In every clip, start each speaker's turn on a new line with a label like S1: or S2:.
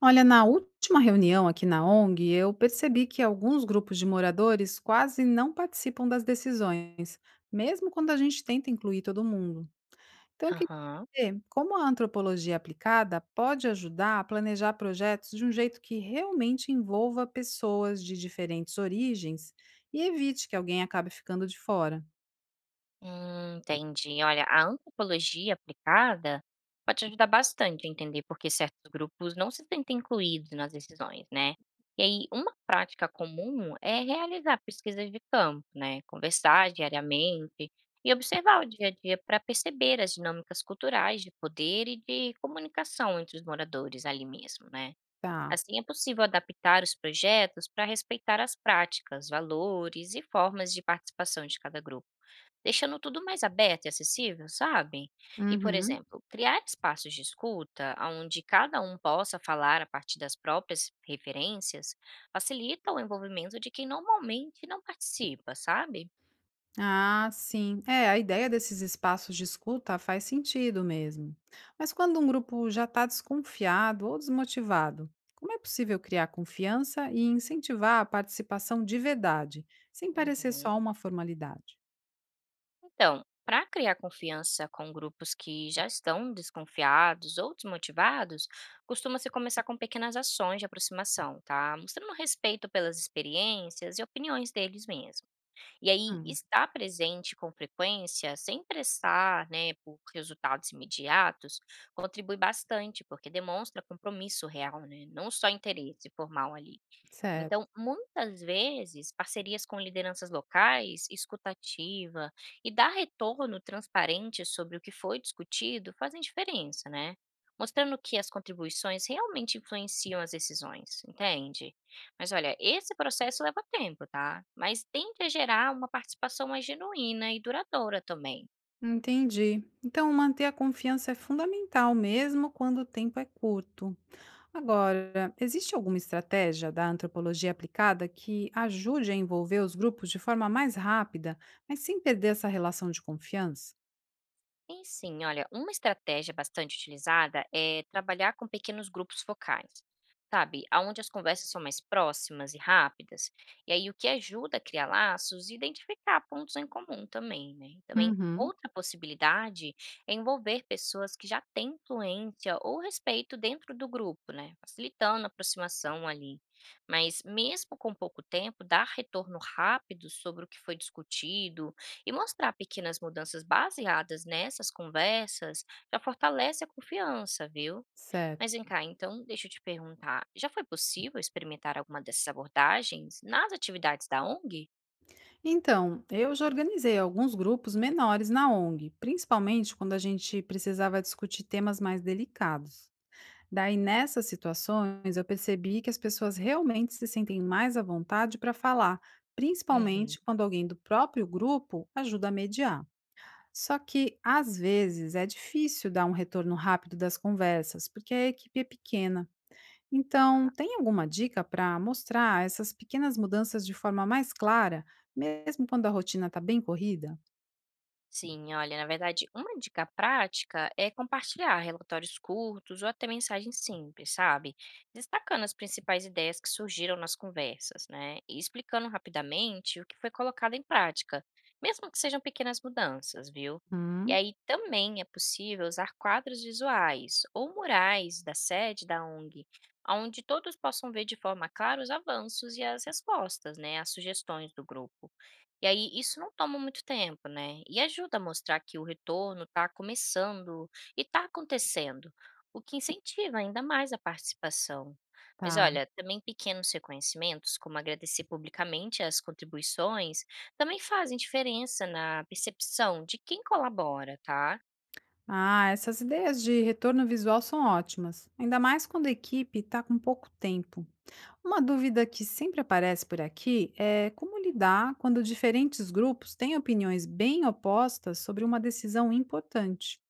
S1: Olha, na última reunião aqui na ONG, eu percebi que alguns grupos de moradores quase não participam das decisões, mesmo quando a gente tenta incluir todo mundo. Então, eu queria
S2: Aham.
S1: saber como a antropologia aplicada pode ajudar a planejar projetos de um jeito que realmente envolva pessoas de diferentes origens e evite que alguém acabe ficando de fora.
S2: Entendi. Olha, a antropologia aplicada pode ajudar bastante a entender por que certos grupos não se sentem incluídos nas decisões, né? E aí, uma prática comum é realizar pesquisas de campo, né? Conversar diariamente e observar o dia a dia para perceber as dinâmicas culturais de poder e de comunicação entre os moradores ali mesmo, né?
S1: Tá.
S2: Assim, é possível adaptar os projetos para respeitar as práticas, valores e formas de participação de cada grupo, deixando tudo mais aberto e acessível, sabe? E, por
S1: Uhum.
S2: exemplo, criar espaços de escuta onde cada um possa falar a partir das próprias referências facilita o envolvimento de quem normalmente não participa, sabe?
S1: Ah, sim. É, a ideia desses espaços de escuta faz sentido mesmo. Mas quando um grupo já está desconfiado ou desmotivado, como é possível criar confiança e incentivar a participação de verdade, sem parecer
S2: Uhum.
S1: só uma formalidade?
S2: Então, para criar confiança com grupos que já estão desconfiados ou desmotivados, costuma-se começar com pequenas ações de aproximação, tá? Mostrando respeito pelas experiências e opiniões deles mesmo. E aí,
S1: Hum.
S2: estar presente com frequência, sem pressar, né, por resultados imediatos, contribui bastante, porque demonstra compromisso real, né? Não só interesse formal ali.
S1: Certo.
S2: Então, muitas vezes, parcerias com lideranças locais, escutativa e dar retorno transparente sobre o que foi discutido fazem diferença, né? Mostrando que as contribuições realmente influenciam as decisões, entende? Mas olha, esse processo leva tempo, tá? Mas tende a gerar uma participação mais genuína e duradoura também.
S1: Entendi. Então, manter a confiança é fundamental mesmo quando o tempo é curto. Agora, existe alguma estratégia da antropologia aplicada que ajude a envolver os grupos de forma mais rápida, mas sem perder essa relação de confiança?
S2: Tem sim, olha, uma estratégia bastante utilizada é trabalhar com pequenos grupos focais, sabe? Onde as conversas são mais próximas e rápidas. E aí o que ajuda a criar laços e identificar pontos em comum também, né? E também
S1: Uhum.
S2: outra possibilidade é envolver pessoas que já têm influência ou respeito dentro do grupo, né? Facilitando a aproximação ali. Mas mesmo com pouco tempo, dar retorno rápido sobre o que foi discutido e mostrar pequenas mudanças baseadas nessas conversas já fortalece a confiança, viu? Mas
S1: Certo.
S2: vem cá, então deixa eu te perguntar: já foi possível experimentar alguma dessas abordagens nas atividades da ONG?
S1: Então, eu já organizei alguns grupos menores na ONG, principalmente quando a gente precisava discutir temas mais delicados. Daí, nessas situações, eu percebi que as pessoas realmente se sentem mais à vontade para falar,
S2: Uhum.
S1: principalmente quando alguém do próprio grupo ajuda a mediar. Só que, às vezes, é difícil dar um retorno rápido das conversas, porque a equipe é pequena. Então, tem alguma dica para mostrar essas pequenas mudanças de forma mais clara, mesmo quando a rotina está bem corrida?
S2: Sim, olha, na verdade, uma dica prática é compartilhar relatórios curtos ou até mensagens simples, sabe? Destacando as principais ideias que surgiram nas conversas, né? E explicando rapidamente o que foi colocado em prática, mesmo que sejam pequenas mudanças, viu? E
S1: Hum,
S2: aí também é possível usar quadros visuais ou murais da sede da ONG, onde todos possam ver de forma clara os avanços e as respostas, né, às sugestões do grupo. E aí isso não toma muito tempo, né, e ajuda a mostrar que o retorno está começando e está acontecendo, o que incentiva ainda mais a participação. Mas
S1: tá.
S2: olha, também pequenos reconhecimentos, como agradecer publicamente as contribuições, também fazem diferença na percepção de quem colabora, tá?
S1: Ah, essas ideias de retorno visual são ótimas, ainda mais quando a equipe está com pouco tempo. Uma dúvida que sempre aparece por aqui é como lidar quando diferentes grupos têm opiniões bem opostas sobre uma decisão importante.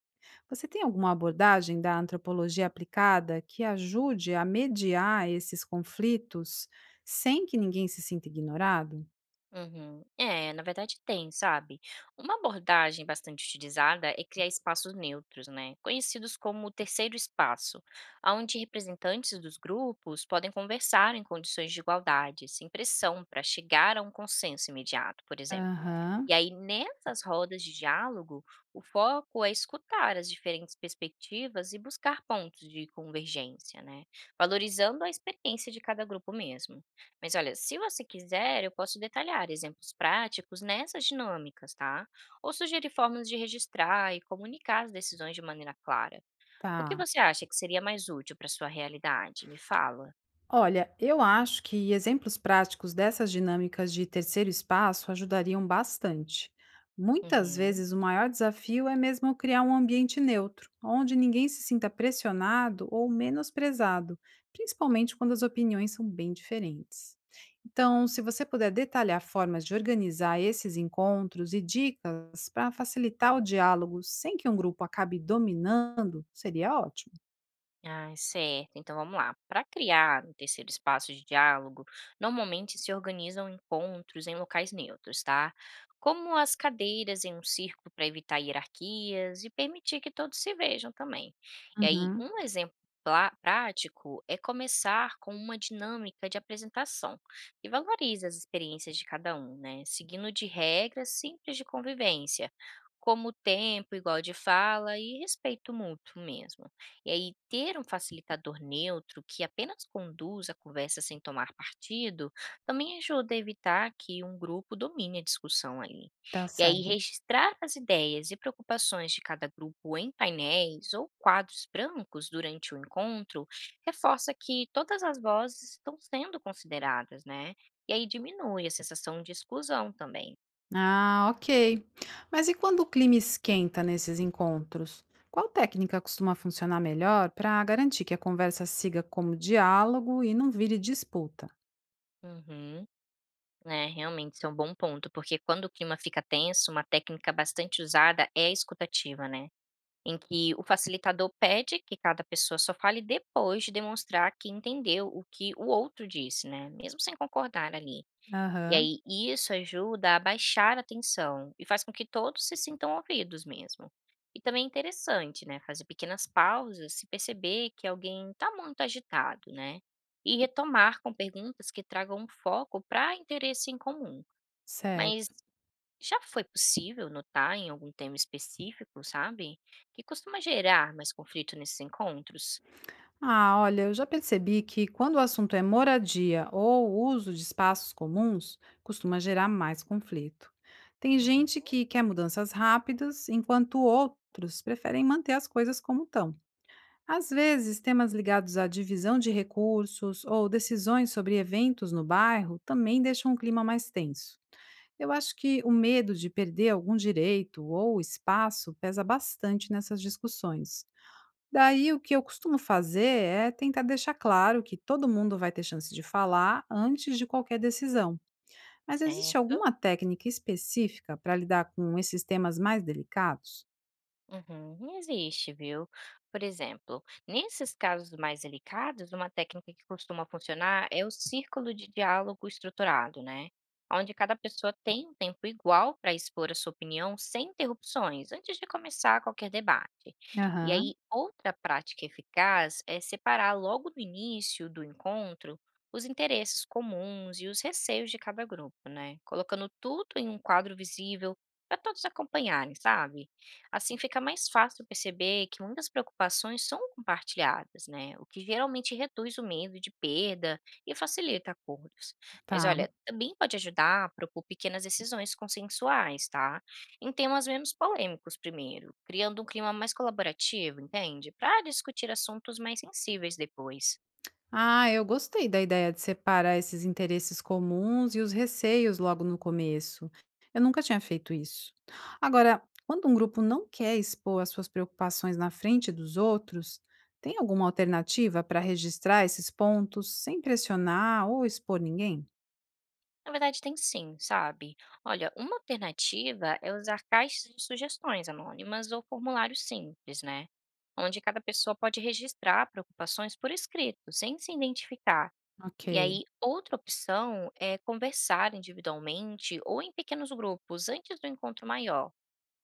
S1: Você tem alguma abordagem da antropologia aplicada que ajude a mediar esses conflitos sem que ninguém se sinta ignorado?
S2: Uhum. É, na verdade tem, sabe. Uma abordagem bastante utilizada é criar espaços neutros, né, conhecidos como o terceiro espaço, onde representantes dos grupos podem conversar em condições de igualdade, sem pressão, para chegar a um consenso imediato, por exemplo. E
S1: Aham,
S2: aí, nessas rodas de diálogo, o foco é escutar as diferentes perspectivas e buscar pontos de convergência, né? Valorizando a experiência de cada grupo mesmo. Mas olha, se você quiser, eu posso detalhar exemplos práticos nessas dinâmicas, tá? Ou sugerir formas de registrar e comunicar as decisões de maneira clara. O que
S1: tá.
S2: você acha que seria mais útil para sua realidade? Me fala.
S1: Olha, eu acho que exemplos práticos dessas dinâmicas de terceiro espaço ajudariam bastante. Muitas
S2: Uhum.
S1: vezes o maior desafio é mesmo criar um ambiente neutro, onde ninguém se sinta pressionado ou menosprezado, principalmente quando as opiniões são bem diferentes. Então, se você puder detalhar formas de organizar esses encontros e dicas para facilitar o diálogo sem que um grupo acabe dominando, seria ótimo.
S2: Ai, certo. Então vamos lá. Para criar um terceiro espaço de diálogo, normalmente se organizam encontros em locais neutros, tá? Como as cadeiras em um círculo para evitar hierarquias e permitir que todos se vejam também. E aí,
S1: Uhum,
S2: um exemplo prático é começar com uma dinâmica de apresentação que valoriza as experiências de cada um, né? Seguindo de regras simples de convivência, como tempo, igual de fala e respeito mútuo mesmo. E aí, ter um facilitador neutro que apenas conduz a conversa sem tomar partido também ajuda a evitar que um grupo domine a discussão ali.
S1: tá
S2: E aí,
S1: certo.
S2: registrar as ideias e preocupações de cada grupo em painéis ou quadros brancos durante o encontro reforça que todas as vozes estão sendo consideradas, né? E aí diminui a sensação de exclusão também.
S1: Ah, ok. Mas e quando o clima esquenta nesses encontros? Qual técnica costuma funcionar melhor para garantir que a conversa siga como diálogo e não vire disputa?
S2: Uhum. É, realmente, isso é um bom ponto, porque quando o clima fica tenso, uma técnica bastante usada é a escutativa, né? Em que o facilitador pede que cada pessoa só fale depois de demonstrar que entendeu o que o outro disse, né? Mesmo sem concordar ali. E
S1: Aham,
S2: aí, isso ajuda a baixar a tensão e faz com que todos se sintam ouvidos mesmo. E também é interessante, né? Fazer pequenas pausas se perceber que alguém está muito agitado, né? E retomar com perguntas que tragam um foco para interesse em comum. Mas
S1: certo.
S2: já foi possível notar em algum tema específico, sabe, que costuma gerar mais conflito nesses encontros?
S1: Ah, olha, eu já percebi que quando o assunto é moradia ou uso de espaços comuns, costuma gerar mais conflito. Tem
S2: Uhum,
S1: gente que quer mudanças rápidas, enquanto outros preferem manter as coisas como estão. Às vezes, temas ligados à divisão de recursos ou decisões sobre eventos no bairro também deixam o clima mais tenso. Eu acho que o medo de perder algum direito ou espaço pesa bastante nessas discussões. Daí, o que eu costumo fazer é tentar deixar claro que todo mundo vai ter chance de falar antes de qualquer decisão. Mas existe
S2: certo.
S1: alguma técnica específica para lidar com esses temas mais delicados?
S2: Uhum, existe, viu? Por exemplo, nesses casos mais delicados, uma técnica que costuma funcionar é o círculo de diálogo estruturado, né? Onde cada pessoa tem um tempo igual para expor a sua opinião sem interrupções, antes de começar qualquer debate. E aí,
S1: Aham,
S2: outra prática eficaz é separar logo no início do encontro os interesses comuns e os receios de cada grupo, né? Colocando tudo em um quadro visível para todos acompanharem, sabe? Assim fica mais fácil perceber que muitas preocupações são compartilhadas, né? O que geralmente reduz o medo de perda e facilita acordos. Mas
S1: tá.
S2: olha, também pode ajudar a propor pequenas decisões consensuais, tá? Em temas menos polêmicos primeiro, criando um clima mais colaborativo, entende? Para discutir assuntos mais sensíveis depois.
S1: Ah, eu gostei da ideia de separar esses interesses comuns e os receios logo no começo. Eu nunca tinha feito isso. Agora, quando um grupo não quer expor as suas preocupações na frente dos outros, tem alguma alternativa para registrar esses pontos sem pressionar ou expor ninguém?
S2: Na verdade tem sim, sabe. Olha, uma alternativa é usar caixas de sugestões anônimas ou formulários simples, né, onde cada pessoa pode registrar preocupações por escrito, sem se identificar. E
S1: Ok.
S2: aí, outra opção é conversar individualmente ou em pequenos grupos antes do encontro maior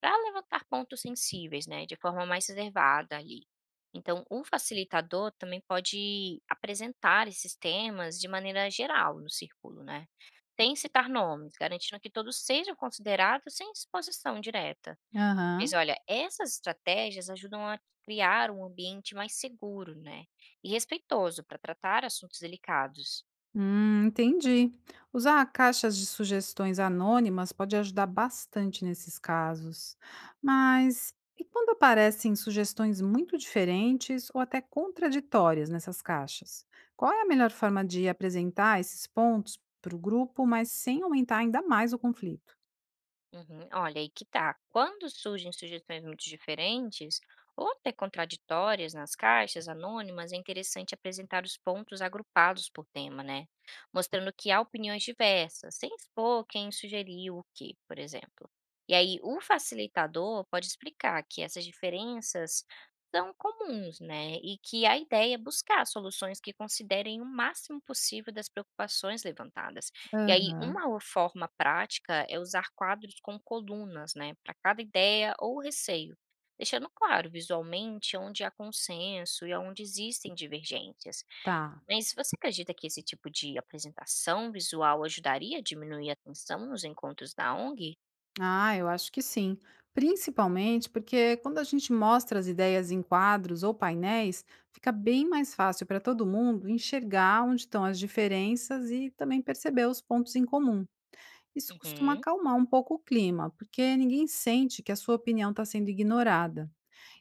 S2: para levantar pontos sensíveis, né, de forma mais reservada ali. Então, o facilitador também pode apresentar esses temas de maneira geral no círculo, né? Sem citar nomes, garantindo que todos sejam considerados sem exposição direta. Mas
S1: Aham.
S2: olha, essas estratégias ajudam a criar um ambiente mais seguro, né? E respeitoso para tratar assuntos delicados.
S1: Entendi. Usar caixas de sugestões anônimas pode ajudar bastante nesses casos. Mas e quando aparecem sugestões muito diferentes ou até contraditórias nessas caixas? Qual é a melhor forma de apresentar esses pontos para o grupo, mas sem aumentar ainda mais o conflito?
S2: Uhum. Olha, aí que tá. Quando surgem sugestões muito diferentes ou até contraditórias nas caixas anônimas, é interessante apresentar os pontos agrupados por tema, né? Mostrando que há opiniões diversas, sem expor quem sugeriu o que, por exemplo. E aí, o facilitador pode explicar que essas diferenças são comuns, né? E que a ideia é buscar soluções que considerem o máximo possível das preocupações levantadas. E aí
S1: Aham,
S2: uma forma prática é usar quadros com colunas, né, para cada ideia ou receio, deixando claro visualmente onde há consenso e onde existem divergências.
S1: tá.
S2: Mas você acredita que esse tipo de apresentação visual ajudaria a diminuir a tensão nos encontros da ONG?
S1: Ah, eu acho que sim. Principalmente porque quando a gente mostra as ideias em quadros ou painéis, fica bem mais fácil para todo mundo enxergar onde estão as diferenças e também perceber os pontos em comum. Isso costuma
S2: Uhum.
S1: acalmar um pouco o clima, porque ninguém sente que a sua opinião está sendo ignorada.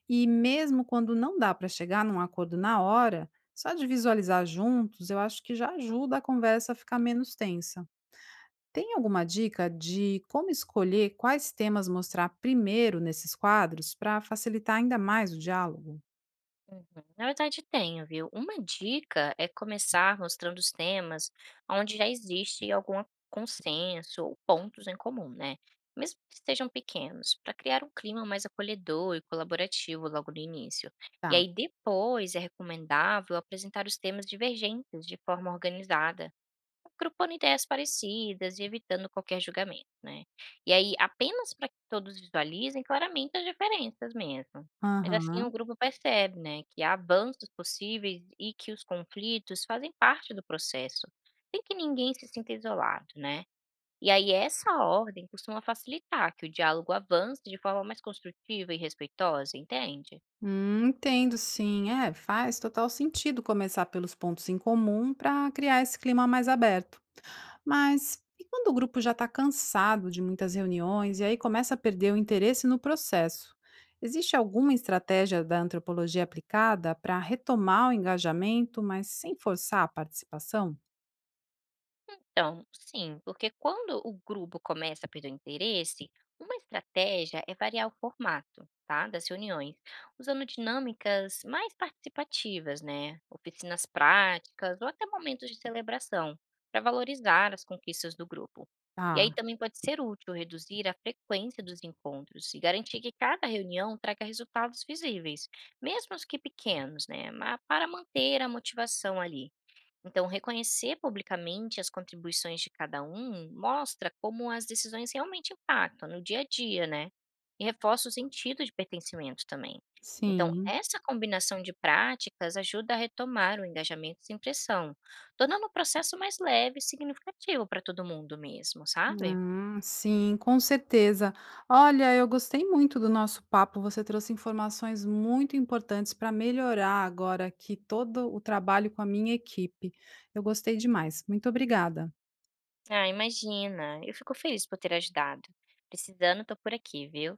S1: E mesmo quando não dá para chegar num acordo na hora, só de visualizar juntos, eu acho que já ajuda a conversa a ficar menos tensa. Tem alguma dica de como escolher quais temas mostrar primeiro nesses quadros para facilitar ainda mais o diálogo?
S2: Uhum. Na verdade, tenho, viu. Uma dica é começar mostrando os temas onde já existe algum consenso ou pontos em comum, né? Mesmo que sejam pequenos, para criar um clima mais acolhedor e colaborativo logo no início. E
S1: Tá.
S2: aí, depois, é recomendável apresentar os temas divergentes de forma organizada, agrupando ideias parecidas e evitando qualquer julgamento, né. E aí, apenas para que todos visualizem claramente as diferenças mesmo. Mas assim o
S1: Aham.
S2: grupo percebe, né, que há avanços possíveis e que os conflitos fazem parte do processo, sem que ninguém se sinta isolado, né. E aí essa ordem costuma facilitar que o diálogo avance de forma mais construtiva e respeitosa, entende?
S1: Entendo, sim. É, faz total sentido começar pelos pontos em comum para criar esse clima mais aberto. Mas e quando o grupo já está cansado de muitas reuniões e aí começa a perder o interesse no processo? Existe alguma estratégia da antropologia aplicada para retomar o engajamento, mas sem forçar a participação?
S2: Então, sim, porque quando o grupo começa a perder o interesse, uma estratégia é variar o formato, tá, das reuniões, usando dinâmicas mais participativas, né, oficinas práticas ou até momentos de celebração, para valorizar as conquistas do grupo. E aí também pode ser útil reduzir a frequência dos encontros e garantir que cada reunião traga resultados visíveis, mesmo os que pequenos, né, para manter a motivação ali. Então, reconhecer publicamente as contribuições de cada um mostra como as decisões realmente impactam no dia a dia, né? E reforça o sentido de pertencimento também. Então,
S1: Sim.
S2: essa combinação de práticas ajuda a retomar o engajamento sem pressão, tornando o processo mais leve e significativo para todo mundo mesmo, sabe?
S1: Ah, sim, com certeza. Olha, eu gostei muito do nosso papo. Você trouxe informações muito importantes para melhorar agora aqui todo o trabalho com a minha equipe. Eu gostei demais. Muito obrigada.
S2: Ah, imagina! Eu fico feliz por ter ajudado. Precisando, tô por aqui, viu?